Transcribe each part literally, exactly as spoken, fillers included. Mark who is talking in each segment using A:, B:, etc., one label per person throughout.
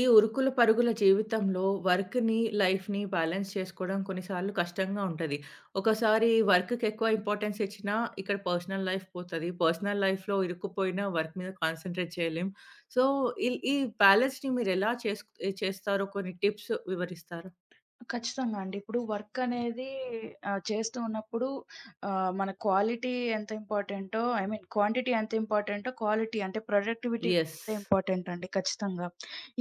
A: ఈ ఉరుకుల పరుగుల జీవితంలో వర్క్‌ని, లైఫ్‌ని బ్యాలెన్స్ చేసుకోవడం కొన్నిసార్లు కష్టంగా ఉంటది. ఒకసారి వర్క్‌కి ఎక్కువ ఇంపార్టెన్స్ ఇచ్చినా, ఇక్కడ పర్సనల్ లైఫ్ పోతది. పర్సనల్ లైఫ్‌లో ఇరుక్కుపోయిన వర్క్ మీద కాన్సంట్రేట్ చేయలేం. సో, ఇల్ ఈ బ్యాలెన్స్‌ని మీరెలా చేస్క్ చేస్తారో కొన్ని టిప్స్ వివరిస్తారా?
B: ఖచ్చితంగా అండి. ఇప్పుడు వర్క్ అనేది ఆహ్, చేస్తూ ఉన్నప్పుడు ఆహ్, మన క్వాలిటీ ఎంత ఇంపార్టెంటో ఐ మీన్ క్వాంటిటీ ఎంత ఇంపార్టెంటో, క్వాలిటీ అంటే ప్రొడక్టివిటీ
A: యెస్.
B: కూడా ఇంపార్టెంట్ అండి, ఖచ్చితంగా.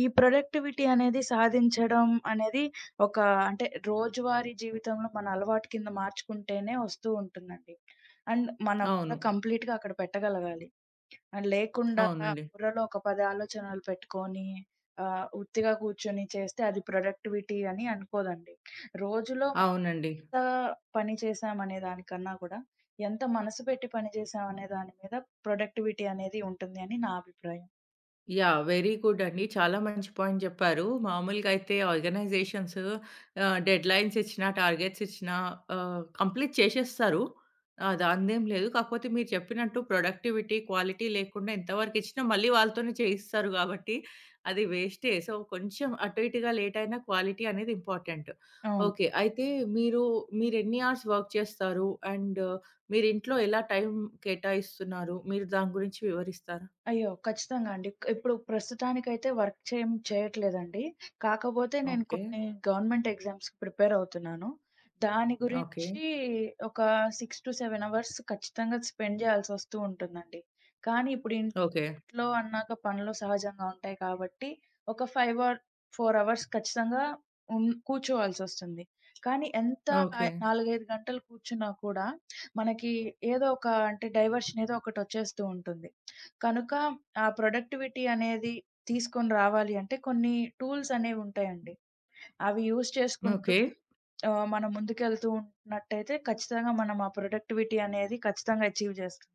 B: ఈ ప్రొడక్టివిటీ అనేది సాధించడం అనేది ఒక అంటే రోజువారీ జీవితంలో మన అలవాటు కింద మార్చుకుంటేనే వస్తూ ఉంటుందండి. అండ్ మన
A: అవును.
B: కంప్లీట్‌గా అక్కడ పెట్టగలగాలి. ఆహ్, లేకుండా
A: అవునండి.
B: బుర్రలో ఒక పది ఆలోచనలు పెట్టుకొని ఆహ్, ఉత్తిగా కూర్చొని చేస్తే అది ప్రొడక్టివిటీ అని అనుకోదండి. రోజులో
A: అవునండి.
B: ఎంత పని చేశామనే దానికన్నా కూడా, ఎంత మనసు పెట్టి పని చేశామనే దాని మీద ప్రొడక్టివిటీ అనేది ఉంటుంది అని నా అభిప్రాయం.
A: యాహ్! వెరీ గుడ్ అండి. చాలా మంచి పాయింట్ చెప్పారు. మామూలుగా అయితే ఆర్గనైజేషన్స్ ఆహ్, డెడ్‌లైన్స్ ఇచ్చినా, టార్గెట్స్ ఇచ్చినా ఆహ్, కంప్లీట్ చేసేస్తారు. ఆహ్, దానిదేం లేదు. కాకపోతే మీరు చెప్పినట్టు ప్రొడక్టివిటీ, క్వాలిటీ లేకుండా ఎంతవరకు ఇచ్చినా మళ్ళీ వాళ్ళతోనే చేయిస్తారు కాబట్టి అది వేస్టే. సో, కొంచెం అటు ఇటుగా లేట్ అయినా క్వాలిటీ అనేది ఇంపార్టెంట్.
B: అవును.
A: ఓకే. అయితే మీరు మీరెన్ని అవర్స్ వర్క్ చేస్తారు? అండ్ మీరు ఇంట్లో ఎలా టైం కేటాయిస్తున్నారు? మీరు దాని గురించి వివరిస్తారా?
B: అయ్యో! ఖచ్చితంగా అండి. ఇప్పుడు ప్రస్తుతానికైతే వర్క్ చేయం చేయట్లేదండి. కాకపోతే నేను
A: ఓకే.
B: కొన్ని గవర్నమెంట్ ఎగ్జామ్స్‌కి ప్రిపేర్ అవుతున్నాను. దాని
A: ఓకే.
B: గురించి ఒక ఆరు ఏడు అవర్స్ ఖచ్చితంగా స్పెండ్ చేయాల్సొస్తూ ఉంటుందండి. కానీ ఇప్పుడు ఇన్
A: ఓకే.
B: ఇంట్లో అన్నాక పనులు సహజంగా ఉంటాయి కాబట్టి, ఒక ఐదు ఆర్ నాలుగు అవర్స్ ఖచ్చితంగా ఉన్ కూర్చోవాల్సొస్తుంది. కానీ ఎంత
A: ఓకే.
B: ఆహ్, నాలుగు, ఐదు గంటలు కూర్చున్నా కూడా మనకి ఏదో ఒక అంటే డైవర్షన్ ఏదో ఒకటొచ్చేస్తూ ఉంటుంది. కనుక ఆ ప్రొడక్టివిటీ అనేది తీసుకొని రావాలి అంటే కొన్ని టూల్స్ అనేవుంటాయండి. అవి యూజ్ చేసుకుంటూ
A: ఓకే.
B: ఆహ్, మనం ముందుకెళ్తూ ఉన్నట్టయితే ఖచ్చితంగా మనం ఆ ప్రొడక్టివిటీ అనేది ఖచ్చితంగా అచీవ్ చేస్తాం.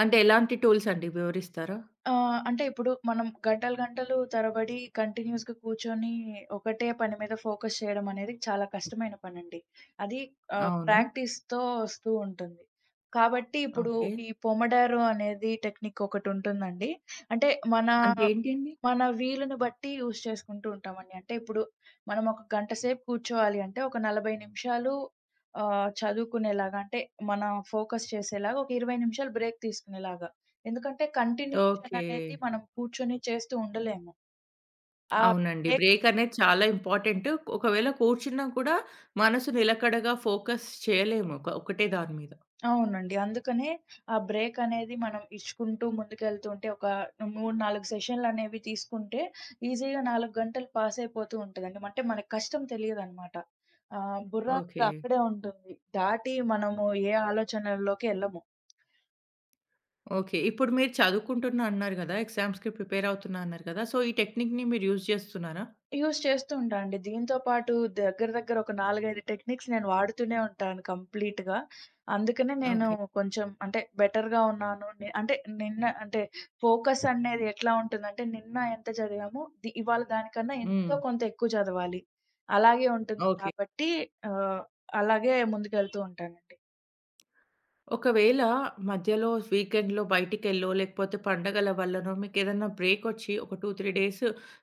A: అంటే ఎలాంటి టూల్స్ అండి? వివరిస్తారా?
B: ఆ! అంటే ఇప్పుడు మనం గంటలు, గంటలు తరబడి కంటిన్యూయస్‌గా కూర్చొని ఒకటే పని మీద ఫోకస్ చేయడం అనేది చాలా కష్టమైన పనండి. అది ఆహ్,
A: అవును.
B: ప్రాక్టీస్‌తో వస్తూ ఉంటుంది. కాబట్టి ఇప్పుడు
A: ఓకే.
B: ఈ పొమడారో అనేది టెక్నిక్ ఒకటుంటుందండి. అంటే మన
A: అంటే ఏంటండి?
B: మన వీలుని బట్టి యూజ్ చేసుకుంటూ ఉంటామండి. అంటే ఇప్పుడు మనం ఒక గంట సేపు కూర్చోవాలి అంటే ఒక నలభై నిమిషాలు ఆహ్, చదువుకునేలాగా, అంటే మన ఫోకస్ చేసేలాగా, ఒక ఇరవై నిమిషాలు బ్రేక్ తీసుకునేలాగా. ఎందుకంటే కంటిన్యూషన్
A: ఓకే.
B: అనేది మనం కూర్చొని చేస్తూ ఉండలేము. ఆ
A: అవునండి.
B: బ్రేక్
A: బ్రేక్ అనేది చాలా ఇంపార్టెంట్. ఒకవేళ కూర్చున్నా కూడా మనసు నిలకడగా ఫోకస్ చేయలేము. ఒక ఒకటే దాని మీద.
B: అవునండి. అందుకనే ఆ బ్రేక్ అనేది మనం ఇచ్చుకుంటూ ముందుకెళ్తుంటే ఒక మూడు, నాలుగు సెషన్‌లనేవి తీసుకుంటే ఈజీగా నాలుగు గంటలు పాస్ అయిపోతూ ఉంటదండి. అంటే మనకు కష్టం తెలీదనమాట. ఆహ్, బుర్ర అనేది
A: ఓకే.
B: అక్కడే ఉంటుంది. దాటి మనము ఏ ఆలోచనల్లోకి ఎళ్ళము.
A: ఓకే. ఇప్పుడు మీరు చదువుకుంటున్నా అన్నారు గదా! ఎగ్జామ్స్‌కి ప్రిపేర్ అవుతున్నా అన్నారు కదా! సో, ఈ టెక్నిక్‌ని మీరు యూజ్ చేస్తున్నారా?
B: యూజ్ చేస్తూ ఉంటా అండి. దీంతో పాటు దగ్గర దగ్గర ఒక నాలుగు, ఐదు టెక్నిక్స్ నేను వాడుతూనే ఉంటాను కంప్లీట్‌గా. అందుకనే నేను
A: ఓకే.
B: కొంచెం అంటే బెటర్‌గా ఉన్నాను. నే అంటే నిన్న అంటే ఫోకస్ అనేది ఎట్లా ఉంటుందంటే, నిన్న ఎంత చదివామో ది ఇవాళ దానికన్నా
A: హ్మ్.
B: ఎంతో కొంత ఎక్కువ చదవాలి. అలాగే ఉంటుంది
A: ఓకే.
B: కాబట్టి ఆహ్, అలాగే ముందుకెళ్తూ ఉంటానండి.
A: ఒకవేళ మధ్యలో వీకెండ్‌లో బయటికెళ్ళో, లేకపోతే పండగల వల్లనో మీకేదన్నా బ్రేకొచ్చి ఒక రెండు, మూడు డేస్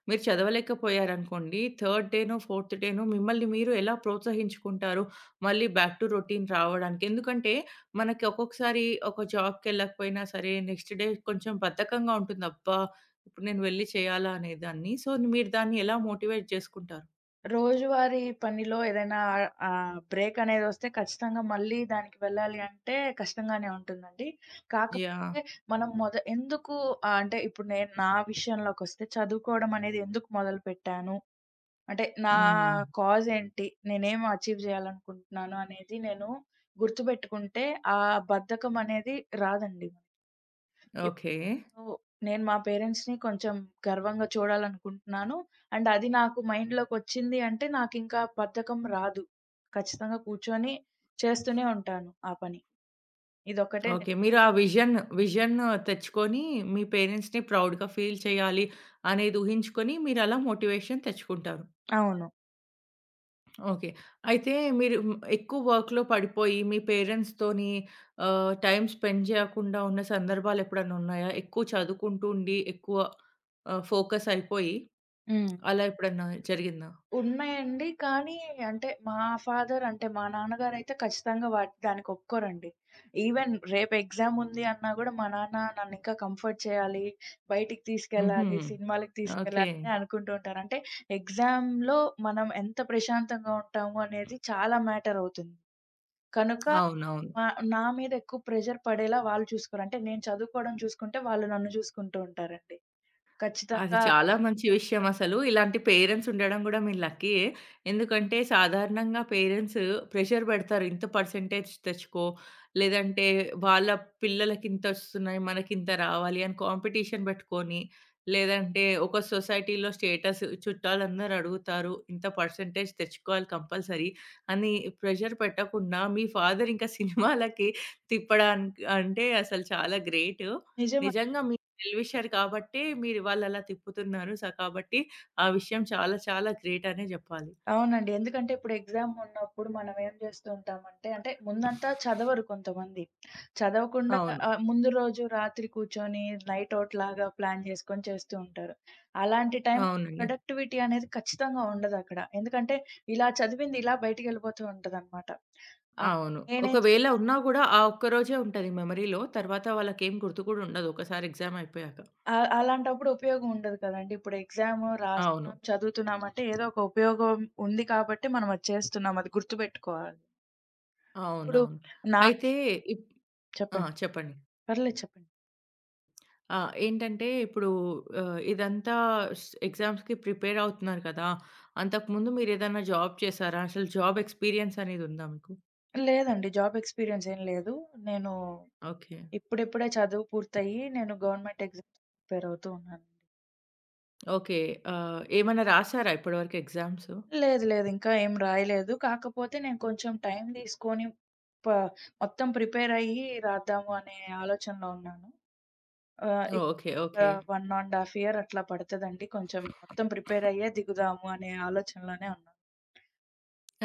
A: మీరు చదవలేకపోయారనుకోండి, థర్డ్ డేనో, ఫోర్త్ డేనో మిమ్మల్ని మీరు ఎలా ప్రోత్సహించుకుంటారు? మళ్ళీ బ్యాక్ టు రొటీన్ రావడానికి? ఎందుకంటే మనకి ఒక్కొక్కసారి ఒక జాబ్‌కెళ్ళకపోయినా సరే, నెక్స్ట్ డే కొంచెం బద్ధకంగా ఉంటుంది. అబ్బా! ఇప్పుడు నేను వెళ్లి చేయాలా అనేదాన్ని. సో, మీరు దాన్ని ఎలా మోటివేట్ చేసుకుంటారు?
B: రోజువారీ పనిలో ఏదైనా ఆహ్, బ్రేకనేదొస్తే ఖచ్చితంగా మళ్ళీ దానికి వెళ్ళాలి అంటే కష్టంగానే ఉంటుందండి.
A: యాహ్!
B: కాకపోతే మనం మొద ఎందుకు ఆహ్, అంటే ఇప్పుడు నేను నా విషయంలోకొస్తే చదువుకోవడం అనేది ఎందుకు మొదలుపెట్టాను? అంటే నా
A: హ్మ్.
B: కాజ్ ఏంటి? నేనేం అచీవ్ చేయాలనుకుంటున్నాను అనేది నేను గుర్తుపెట్టుకుంటే ఆ బద్ధకమనేది రాదండి.
A: ఓకే.
B: ఓహ్! నేను మా పేరెంట్స్‌ని కొంచెం గర్వంగా చూడాలనుకుంటున్నాను. అండ్ అది నాకు మైండ్‌లోకొచ్చింది అంటే, నాకింకా బద్ధకం రాదు. ఖచ్చితంగా కూర్చొని చేస్తూనే ఉంటాను ఆ పని. ఇదొక్కటే
A: ఓకే.
B: నేను.
A: మీరు ఆ విజన్, విజన్ తెచ్చుకొని మీ పేరెంట్స్‌ని ప్రౌడ్‌గా ఫీల్ చేయాలి అనేది ఊహించుకొని మీరలా మోటివేషన్ తెచ్చుకుంటారు.
B: అవును.
A: ఓకే. అయితే మీరు హ్మ్, ఎక్కువ వర్క్‌లో పడిపోయి మీ పేరెంట్స్‌తోని ఆహ్, టైమ్ స్పెండ్ చేయకుండా ఉన్న సందర్భాలెప్పుడన్నా ఉన్నాయా? ఎక్కువ చదువుకుంటూ ఉండి ఎక్కువ ఆహ్, ఫోకస్ అయిపోయి
B: హ్మ్.
A: అలా ఎప్పుడన్నా జరిగిందా?
B: ఉన్నాయండి. కానీ అంటే మా ఫాదర్ అంటే మా నాన్నగారైతే ఖచ్చితంగా వాటి దానికి ఒప్పుకోరండి. ఈవెన్ రేపు ఎగ్జామ్ ఉంది అన్నా గూడా మా నాన్న నన్నింకా కంఫర్ట్ చేయాలి, బయటికి
A: హుహు.
B: తీసుకెళ్ళాలి, సినిమాలకి
A: ఓకే.
B: తీసుకెళ్ళాలి అని అనుకుంటూ ఉంటారు. అంటే ఎగ్జామ్‌లో మనం ఎంత ప్రశాంతంగా ఉంటాము అనేది చాలా మ్యాటర్ అవుతుంది. కనుక
A: అవునవును.
B: మా నా మీద ఎక్కువ ప్రెషర్ పడేలా వాళ్ళు చూసుకోరు. అంటే నేను చదువుకోవడం చూసుకుంటే వాళ్ళు నన్ను చూసుకుంటూ ఉంటారండి.
A: అది
B: ఖచ్చితంగా.
A: చాలా మంచి విషయం అసలు. ఇలాంటి పేరెంట్స్ ఉండడం గూడా మీరు లక్కీయే. ఎందుకంటే సాధారణంగా పేరెంట్స్ ప్రెషర్ పెడతారు. ఇంత పర్సెంటేజ్ తెచ్చుకో, లేదంటే వాళ్ళ పిల్లలకింతొస్తున్నాయి, మనకింత రావాలి అని కాంపిటీషన్ పెట్టుకొని, లేదంటే ఒక సొసైటీలో స్టేటస్ చుట్టాలందరూ అడుగుతారు. ఇంత పర్సెంటేజ్ తెచ్చుకోవాలి కంపల్సరీ అని ప్రెషర్ పెట్టకుండా మీ ఫాదర్ ఇంకా సినిమాలకి తిప్పడానికి అంటే అసలు చాలా గ్రేటు.
B: నిజమే.
A: నిజంగా గెలివిచ్చారు కాబట్టే మీరు ఇవాళలా తిప్పుతున్నారు. సో, కాబట్టి ఆ విషయం చాలా చాలా గ్రేట్ అనే జెప్పాలి.
B: అవునండి. ఎందుకంటే ఇప్పుడు ఎగ్జామ్ ఉన్నప్పుడు మనం ఏం జేస్తూ ఉంటామంటే, అంటే ముందంతా చదవరు కొంతమంది. చదవకుండా
A: అవును.
B: ఆహ్, ముందు రోజు రాత్రి కూర్చొని నైట్ ఔట్ లాగా ప్లాన్ జేసుకొని చేస్తూ ఉంటారు. అలాంటి టైం
A: అవునండి.
B: ప్రొడక్టివిటీ అనేది ఖచ్చితంగా ఉండదక్కడ. ఎందుకంటే ఇలా చదివింది ఇలా బయటికెళ్ళిపోతూ ఉంటదనమాట. ఆహ్,
A: అవును.
B: నేనే
A: ఒకవేళ ఉన్నా గూడా ఆ ఒక్క రోజే ఉంటది మెమరీలో. తర్వాత వాళ్ళకేం గుర్తు కూడా ఉండదు. ఒకసారి ఎగ్జామ్ అయిపోయాక.
B: ఆహ్, అలాంటప్పుడు ఉపయోగం ఉండదు కదండీ. ఇప్పుడు ఎగ్జామ్
A: అవును.
B: రాస్తున్నాం, చదువుతున్నాం అంటే ఏదో ఒక ఉపయోగం ఉంది కాబట్టి మనం అది చేస్తున్నాం. అది గుర్తుపెట్టుకోవాలి. ఇప్పుడు
A: అవునవును.
B: నా
A: అయితే
B: విషయం
A: ఇప్ ఆ!
B: చెప్పండి.
A: చెప్పండి.
B: పర్లేదు చెప్పండి.
A: ఆ! ఏంటంటే ఇప్పుడు ఆహ్, ఇదంతా స్ ఎగ్జామ్స్‌కి ప్రిపేర్ అవుతున్నారు కదా! అంతకుముందు మీరేదైనా జాబ్ చేసారా? అసలు జాబ్ ఎక్స్‌పీరియన్స్ అనేది ఉందా మీకు?
B: లేదండి. జాబ్ ఎక్స్‌పీరియన్స్ ఏం లేదు. నేను
A: ఓకే.
B: ఇప్పుడిప్పుడే చదువు పూర్తయ్యి, నేను గవర్నమెంట్ ఎగ్జామ్స్‌కి ప్రిపేర్ అవుతూ ఉన్నాను.
A: ఓకే. ఆహ్, ఏమన్నా రాసారా ఇప్పటివరకు ఎగ్జామ్స్?
B: లేదు, లేదు. ఇంకా ఏం రాయలేదు. కాకపోతే నేను కొంచెం టైం తీసుకొని ప మొత్తం ప్రిపేర్ అయ్యి రాద్దాము అనే ఆలోచనలో ఉన్నాను. ఆహ్,
A: ఓహ్! ఓకే.
B: ఇప్
A: ఓకే.
B: ఆహ్, ఒకటి ½ ఇయర్ అట్లా పడతదండి. కొంచెం మొత్తం ప్రిపేర్ అయ్యే దిగుదాము అనే ఆలోచనలోనే ఉన్నాను.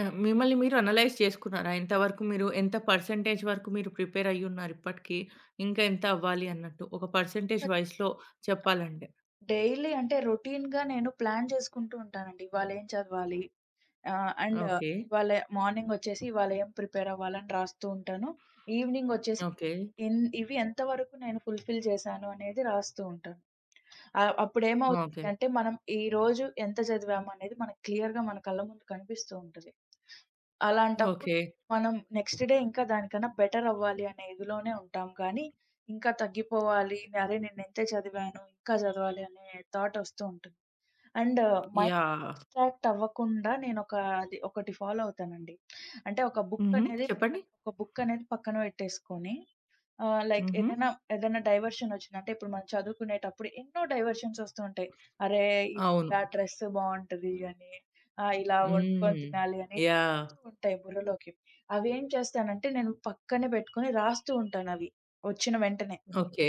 A: ఆ! మిమ్మల్ని మీరు అనలైజ్ చేసుకున్నారా? ఎంతవరకు మీరు ఎంత పర్సెంటేజ్ వరకు మీరు ప్రిపేర్ అయ్యున్నారు ఇప్పటికి? ఇంకా ఎంత అవ్వాలి అన్నట్టు? ఒక పర్సెంటేజ్ వైస్‌లో చెప్పాలంటే.
B: డైలీ అంటే రొటీన్‌గా నేను ప్లాన్ చేసుకుంటూ ఉంటానండి. ఇవాళ ఏం చదవాలి? ఆ! And
A: okay.
B: ఇవాళ మార్నింగొచ్చేసి ఇవాళ ఏం ప్రిపేర్ అవ్వాలని రాస్తూ ఉంటాను. ఈవినింగొచ్చేసి
A: ఓకే.
B: ఇన్ ఇవి ఎంతవరకు నేను ఫుల్‌ఫిల్ చేశాను అనేది రాస్తూ ఉంటాను. ఆహ్,
A: ఓకే.
B: అప్పుడేమవుతది అంటే మనం ఈరోజు ఎంత చదివాము అనేది మనకు క్లియర్‌గా మన కళ్ళ ముందు కనిపిస్తూ ఉంటది. అలాంటప్పుడు
A: ఓకే.
B: మనం నెక్స్ట్ డే ఇంకా దానికన్నా బెటర్ అవ్వాలి అనే ఇదిలోనే ఉంటాం, కానీ ఇంకా తగ్గిపోవాలి. అరే! నేనింతే చదివాను, ఇంకా చదవాలి అనే థాట్ వస్తూ ఉంటుంది. And mind
A: yeah!
B: డిస్ట్రాక్ట్ అవ్వకుండా నేనొక, అది ఒకటి ఫాలో అవుతానండి. అంటే ఒక బుక్
A: హుహు.
B: అనేది పక్కన,
A: చెప్పండి.
B: ఒక బుక్ అనేది పక్కన పెట్టేసుకొని ఆహ్, లైక్
A: హుహు.
B: ఏదైనా, ఏదైనా డైవర్షన్ వచ్చింది అంటే, ఇప్పుడు మనం చదువుకునేటప్పుడు ఎన్నో డైవర్షన్స్ వస్తూ ఉంటాయి. అరే!
A: అవును.
B: ఇలా డ్రెస్ బావుంటది అని, ఆహ్, ఇలా వండుకొని
A: హ్మ్.
B: తినాలి అని
A: యాహ్!
B: వస్తూ ఉంటాయి బుర్రలోకి. అవేం చేస్తానంటే, నేను పక్కన పెట్టుకొని రాస్తూ ఉంటానవి వచ్చిన వెంటనే.
A: ఓకే.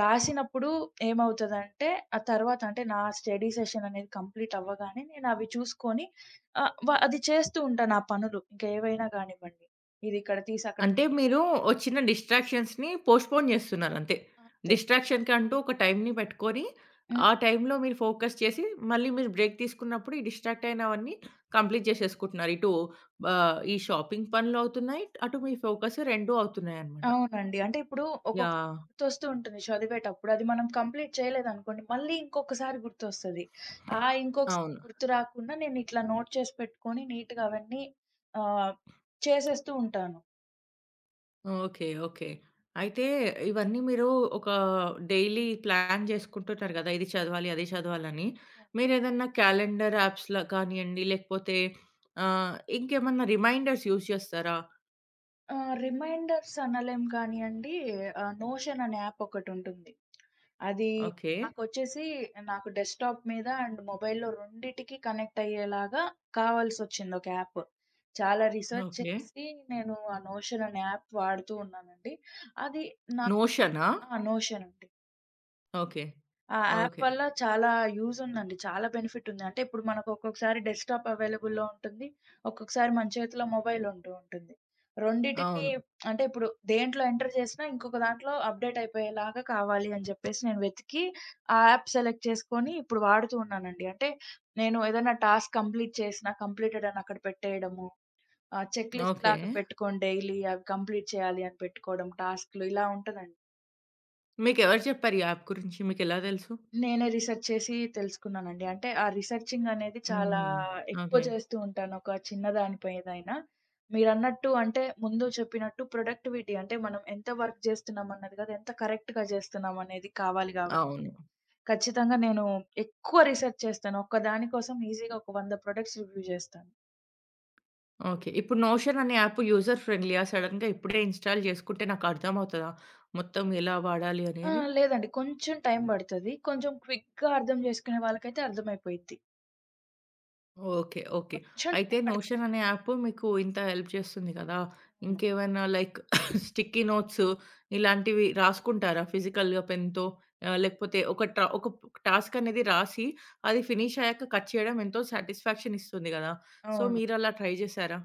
B: రాసినప్పుడు ఏమవుతదంటే, ఆ తర్వాత అంటే నా స్టడీ సెషన్ అనేది కంప్లీట్ అవ్వగానే నేనవి చూసుకొని ఆహ్, వ అది చేస్తూ ఉంటా నా పనులు. ఇంకేవైనా గానివ్వండి. ఇదిక్కడ తీసి అక్కడ
A: అంటే మీరు ఓ చిన్న డిస్ట్రాక్షన్స్‌ని పోస్ట్‌పోన్ జేస్తున్నారంతే.
B: అంతే.
A: డిస్ట్రాక్షన్‌కంటూ ఒక టైమ్‌ని పెట్టుకొని,
B: హ్మ్.
A: ఆ టైమ్‌లో మీరు ఫోకస్ చేసి, మళ్ళీ మీరు బ్రేక్ తీసుకున్నప్పుడు ఈ డిస్ట్రాక్ట్ అయినవన్నీ కంప్లీట్ జేసేసుకుంటున్నారు. ఇటు ఆహ్, ఈ షాపింగ్ పనులవుతున్నాయి, అటు మీ ఫోకస్ రెండూ అవుతున్నాయన్నమాట.
B: అవునండి. అంటే ఇప్పుడు ఒక్కొక్క
A: యాహ్!
B: గుర్తొస్తూ ఉంటుంది చదివేటప్పుడు. అది మనం కంప్లీట్ చేయలేదనుకోండి, మళ్ళీ ఇంకొకసారి గుర్తొస్తది. ఆ ఇంకొకసారి
A: అవును.
B: గుర్తు రాకుండా నేనిట్లా నోట్ చేసి పెట్టుకొని నీట్‌గా అవన్నీ ఆహ్, చేసేస్తూ ఉంటాను.
A: ఓకే. ఓకే. అయితే ఇవన్నీ మీరు ఒక డైలీ ప్లాన్ చేసుకుంటుంటారు గదా! ఇది చదవాలి, అది చదవాలని.
B: అవును.
A: మీరేదన్నా క్యాలెండర్ యాప్స్‌లా కానియండి, లేకపోతే ఆహ్, ఇంకేమన్నా రిమైండర్స్ యూజ్ చేస్తారా?
B: ఆహ్, రిమైండర్స్ అనలేం కానియండి. ఆహ్, నోషన్ అనే యాప్ ఒకటుంటుంది. అది
A: ఓకే.
B: నాకొచ్చేసి నాకు డెస్క్‌టాప్ మీద అండ్ మొబైల్‌లో రెండిటికి కనెక్ట్ అయ్యేలాగా కావాల్సొచ్చింది ఒక యాప్. చాలా రిసర్చ్
A: ఓకే.
B: చేసి నేను ఆ నోషన్ అనే యాప్ వాడుతూ ఉన్నానండి. అది నా
A: నోషనా?
B: ఆ! నోషన్.
A: ఓకే.
B: ఆ యాప్
A: ఓకే.
B: వల్ల చాలా యూజ్ ఉందండి. చాలా బెనిఫిట్ ఉంది. అంటే ఇప్పుడు మనకు ఒక్కొక్కసారి డెస్క్‌టాప్ అవైలబుల్‌లో ఉంటుంది. ఒక్కొక్కసారి మన చేతిలో మొబైల్ ఉంటూ ఉంటుంది. రెండిటిని,
A: అవును.
B: అంటే ఇప్పుడు దేంట్లో ఎంటర్ చేసినా ఇంకొక దాంట్లో అప్‌డేట్ అయిపోయేలాగా కావాలి అని చెప్పేసి నేను వెతికి ఆ యాప్ సెలెక్ట్ చేసుకొని ఇప్పుడు వాడుతూ ఉన్నానండి. అంటే నేను ఏదైనా టాస్క్ కంప్లీట్ చేసినా కంప్లీటెడ్ అని అక్కడ పెట్టేయడము. ఆహ్, చెక్ లిస్ట్
A: ఓకే.
B: లాగా పెట్టుకొని డైలీ అవి కంప్లీట్ చేయాలి అని పెట్టుకోవడం టాస్క్‌లు, ఇలా ఉంటదండి.
A: మీకెవరు చెప్పారు ఈ యాప్ గురించి? మీకెలా తెలుసు?
B: నేనే రిసర్చ్ చేసి తెలుసుకున్నానండి. అంటే ఆ రిసర్చింగ్ అనేది చాలా
A: హ్మ్.
B: ఎక్కువ
A: ఓకే.
B: చేస్తూ ఉంటాను, ఒక చిన్న దానిపై ఏదైనా. మీరన్నట్టు అంటే, ముందు చెప్పినట్టు ప్రొడక్టివిటీ అంటే మనం ఎంత వర్క్ జేస్తున్నాం అన్నది కాదు, ఎంత కరెక్ట్‌గా జేస్తున్నాం అనేది కావాలి గాబట్టి,
A: అవును.
B: ఖచ్చితంగా నేను ఎక్కువ రిసర్చ్ చేస్తాను. ఒక్కదాని కోసం ఈజీగా ఒక వంద ప్రొడక్ట్స్ రివ్యూ జేస్తాను.
A: ఓకే. ఇప్పుడు నోషన్ అనే యాప్ యూజర్ ఫ్రెండ్లీయా? సడెన్‌గా ఇప్పుడే ఇన్‌స్టాల్ చేసుకుంటే నాకు అర్థమవుతదా? మొత్తం ఎలా వాడాలి
B: ఆ!
A: అనేది?
B: లేదండి, కొంచెం టైం బడతది. కొంచెం క్విక్‌గా అర్థం జేసుకునే వాళ్ళకైతే అర్థమైపోయిద్ది.
A: ఓకే. ఓకే.
B: కొంచెం
A: అయితే
B: టైం పడతది.
A: నోషన్ అనే యాప్ మీకు ఇంత హెల్ప్ చేస్తుంది కదా!
B: అవును.
A: ఇంకేమైనా లైక్ స్టిక్కీ నోట్స్ ఇలాంటివి రాసుకుంటారా ఫిజికల్‌గా పెన్‌తో? ఆహ్, లేకపోతే ఒక ట్రా ఒక టాస్క్ అనేది రాసి అది ఫినిష్ అయ్యాక కట్ చేయడం ఎంతో సాటిస్ఫాక్షన్ ఇస్తుంది కదా! సో,
B: అవును.
A: మీరలా ట్రై చేశారా?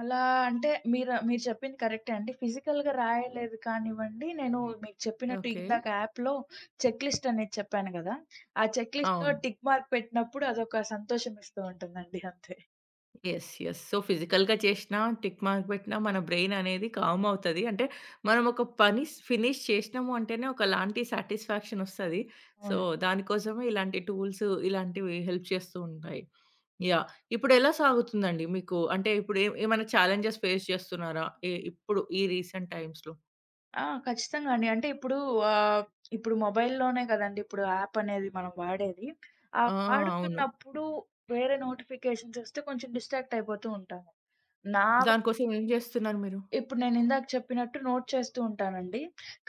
B: అలా అంటే, మీరు మీరు చెప్పింది కరెక్టే అండి. ఫిజికల్‌గా రాయలేదు కానివ్వండి, నేను మీకు చెప్పినట్టు
A: ఓకే.
B: ఇందాక యాప్‌లో చెక్ లిస్ట్ అనేది చెప్పాను గదా! ఆ చెక్ లిస్ట్‌లో
A: అవును.
B: టిక్ మార్క్ పెట్టినప్పుడు అదొక సంతోషం ఇస్తూ ఉంటుందండి అంతే.
A: యెస్. యెస్. సో, ఫిజికల్‌గా చేషినా, టిక్ మార్క్ బెట్టినా మన బ్రెయిన్ అనేది కామ్ అవుతది. అంటే, మనం ఒక పని స్ ఫినిష్ చేషినాము అంటేనే ఒకలాంటి సాటిస్ఫాక్షనొస్తది. సో,
B: అవును.
A: దానికోసమే ఇలాంటి టూల్స్, ఇలాంటివి హెల్ప్ చేస్తూ ఉంటాయి. యాహ్! ఇప్పుడెలా సాగుతుందండి మీకు? అంటే, ఇప్పుడు ఏ ఏమైనా ఛాలెంజెస్ ఫేస్ చేస్తున్నారా? ఎ ఇప్పుడు ఈ రీసెంట్ టైమ్స్‌లో?
B: ఆ! ఖచ్చితంగా అండి. అంటే ఇప్పుడు ఆహ్, ఇప్పుడు మొబైల్‌లోనే కదండీ ఇప్పుడు యాప్ అనేది మనం వాడేది. ఆ
A: ఆ! అవును.
B: వాడుతున్నప్పుడు వేరే నోటిఫికేషన్స్ వస్తే కొంచెం డిస్ట్రాక్ట్ అయిపోతూ ఉంటాము. నా
A: దానికోసం ఏం జేస్తున్నారు మీరు?
B: ఇప్పుడు నేనిందాక చెప్పినట్టు నోట్ చేస్తూ ఉంటానండి.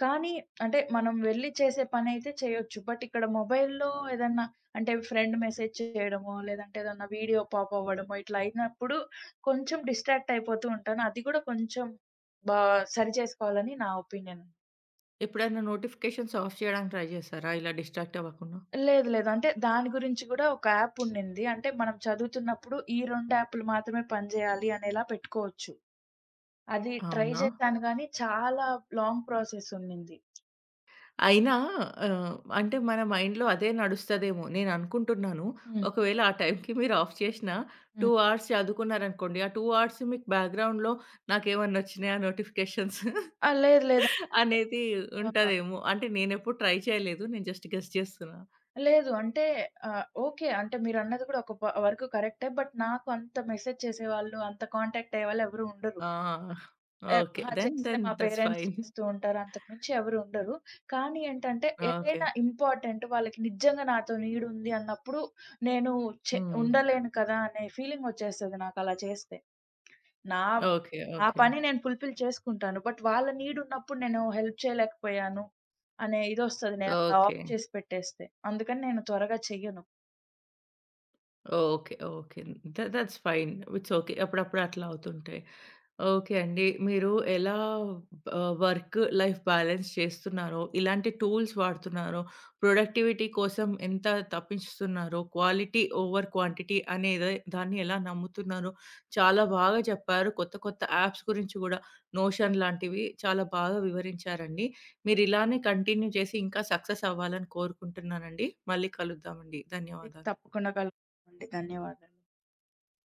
B: కానీ అంటే మనం వెళ్లి చేసే పనైతే చేయొచ్చు. బట్ ఇక్కడ మొబైల్‌లో ఏదన్నా, అంటే ఫ్రెండ్ మెసేజ్ చేయడమో, లేదంటే ఏదన్నా వీడియో పాప్ అవ్వడమో ఇట్లా అయినప్పుడు కొంచెం డిస్ట్రాక్ట్ అయిపోతూ ఉంటాను. అది కూడా కొంచెం బా సరి చేసుకోవాలని నా ఒపీనియన్.
A: ఎప్పుడైనా నోటిఫికేషన్స్ ఆఫ్ చేయడానికి ట్రై జేశారా ఇలా డిస్ట్రాక్ట్ అవ్వకుండా?
B: లేదు. లేదు. అంటే దాని గురించి గూడా ఒక యాప్ ఉండింది. అంటే మనం చదువుతున్నప్పుడు ఈ రెండు యాప్‌లు మాత్రమే పనిచేయాలి అనేలా పెట్టుకోవచ్చు. అది ట్రై
A: అవునా?
B: చేశాను గానీ చాలా లాంగ్ ప్రాసెస్ ఉండింది.
A: అయినా ఆహ్, అంటే మన మైండ్‌లో అదే నడుస్తదేమో! నేను అనుకుంటున్నాను.
B: హ్మ్.
A: ఒకవేళ ఆ టైంకి మీరు ఆఫ్ చేసినా రెండు
B: హ్మ్.
A: అవర్స్ చదువుకున్నారనుకోండి. ఆ రెండు అవర్స్ మీకు బ్యాక్‌గ్రౌండ్‌లో నాకేమన్నా వచ్చినాయా నోటిఫికేషన్స్
B: ఆ! లేదు, లేదండి. అంటే
A: అనేది
B: ఆహ్,
A: ఉంటదేమో! అంటే నేనెప్పుడు ట్రై చేయలేదు. నేను జస్ట్ గెస్ చేస్తున్నా.
B: లేదు. అంటే ఆహ్, ఓకే. అంటే మీరన్నది కూడా ఒక ప వరకు కరెక్టే. బట్ నాకు అంత మెసేజ్ చేసేవాళ్ళు, అంత కాంటాక్ట్ అయ్యేవాళ్ళు ఎవరు ఉండరు.
A: ఆ!
B: ఎ
A: ఓకే.
B: మహా
A: దెన్
B: చేస్తే
A: దెన్
B: మా
A: దట్స్
B: పేరెంట్స్
A: ఫైన్.
B: చేస్తూ ఉంటారు, అంతకు మించి ఎవరు ఉండరు. కానీ ఏంటంటే
A: ఓకే.
B: ఏదైనా ఇంపార్టెంట్ వాళ్ళకి నిజంగా నాతో నీడుంది అన్నప్పుడు నేను చె
A: హ్మ్.
B: ఉండలేను కదా అనే ఫీలింగ్ వచ్చేస్తది నాకు అలా చేస్తే. నా
A: ఓకే.
B: నా
A: ఓకే.
B: పని నేను ఫుల్‌ఫిల్ చేసుకుంటాను. బట్ వాళ్ళ నీడ్ ఉన్నప్పుడు నేను హెల్ప్ చేయలేకపోయాను అనే ఇదొస్తది, నేను అలా
A: ఓకే.
B: ఆఫ్ చేసి పెట్టేస్తే. అందుకని నేను త్వరగా చెయ్యను.
A: Okay. Okay. The thoughts fine. It's okay. అప్పుడప్పుడు అట్లా అవుతుంటాయి. ఓకే అండి. మీరు ఎలా ఆహ్, వర్క్ లైఫ్ బ్యాలెన్స్ చేస్తున్నారో, ఇలాంటి టూల్స్ వాడుతున్నారో, ప్రొడక్టివిటీ కోసం ఎంత తప్పిస్తున్నారో, క్వాలిటీ ఓవర్ క్వాంటిటీ అనేది దాన్ని ఎలా నమ్ముతున్నారో చాలా బాగా చెప్పారు. కొత్త కొత్త యాప్స్ గురించి కూడా నోషన్ లాంటివి చాలా బాగా వివరించారండి. మీరు ఇలానే కంటిన్యూ చేసి ఇంకా సక్సెస్ అవ్వాలని కోరుకుంటున్నానండి. మళ్ళీ కలుద్దామండి.
B: మళ్ళీ
A: ధన్యవాదాలు.
B: తప్పకుండా కలుద్దామండి. ధన్యవాదాలు.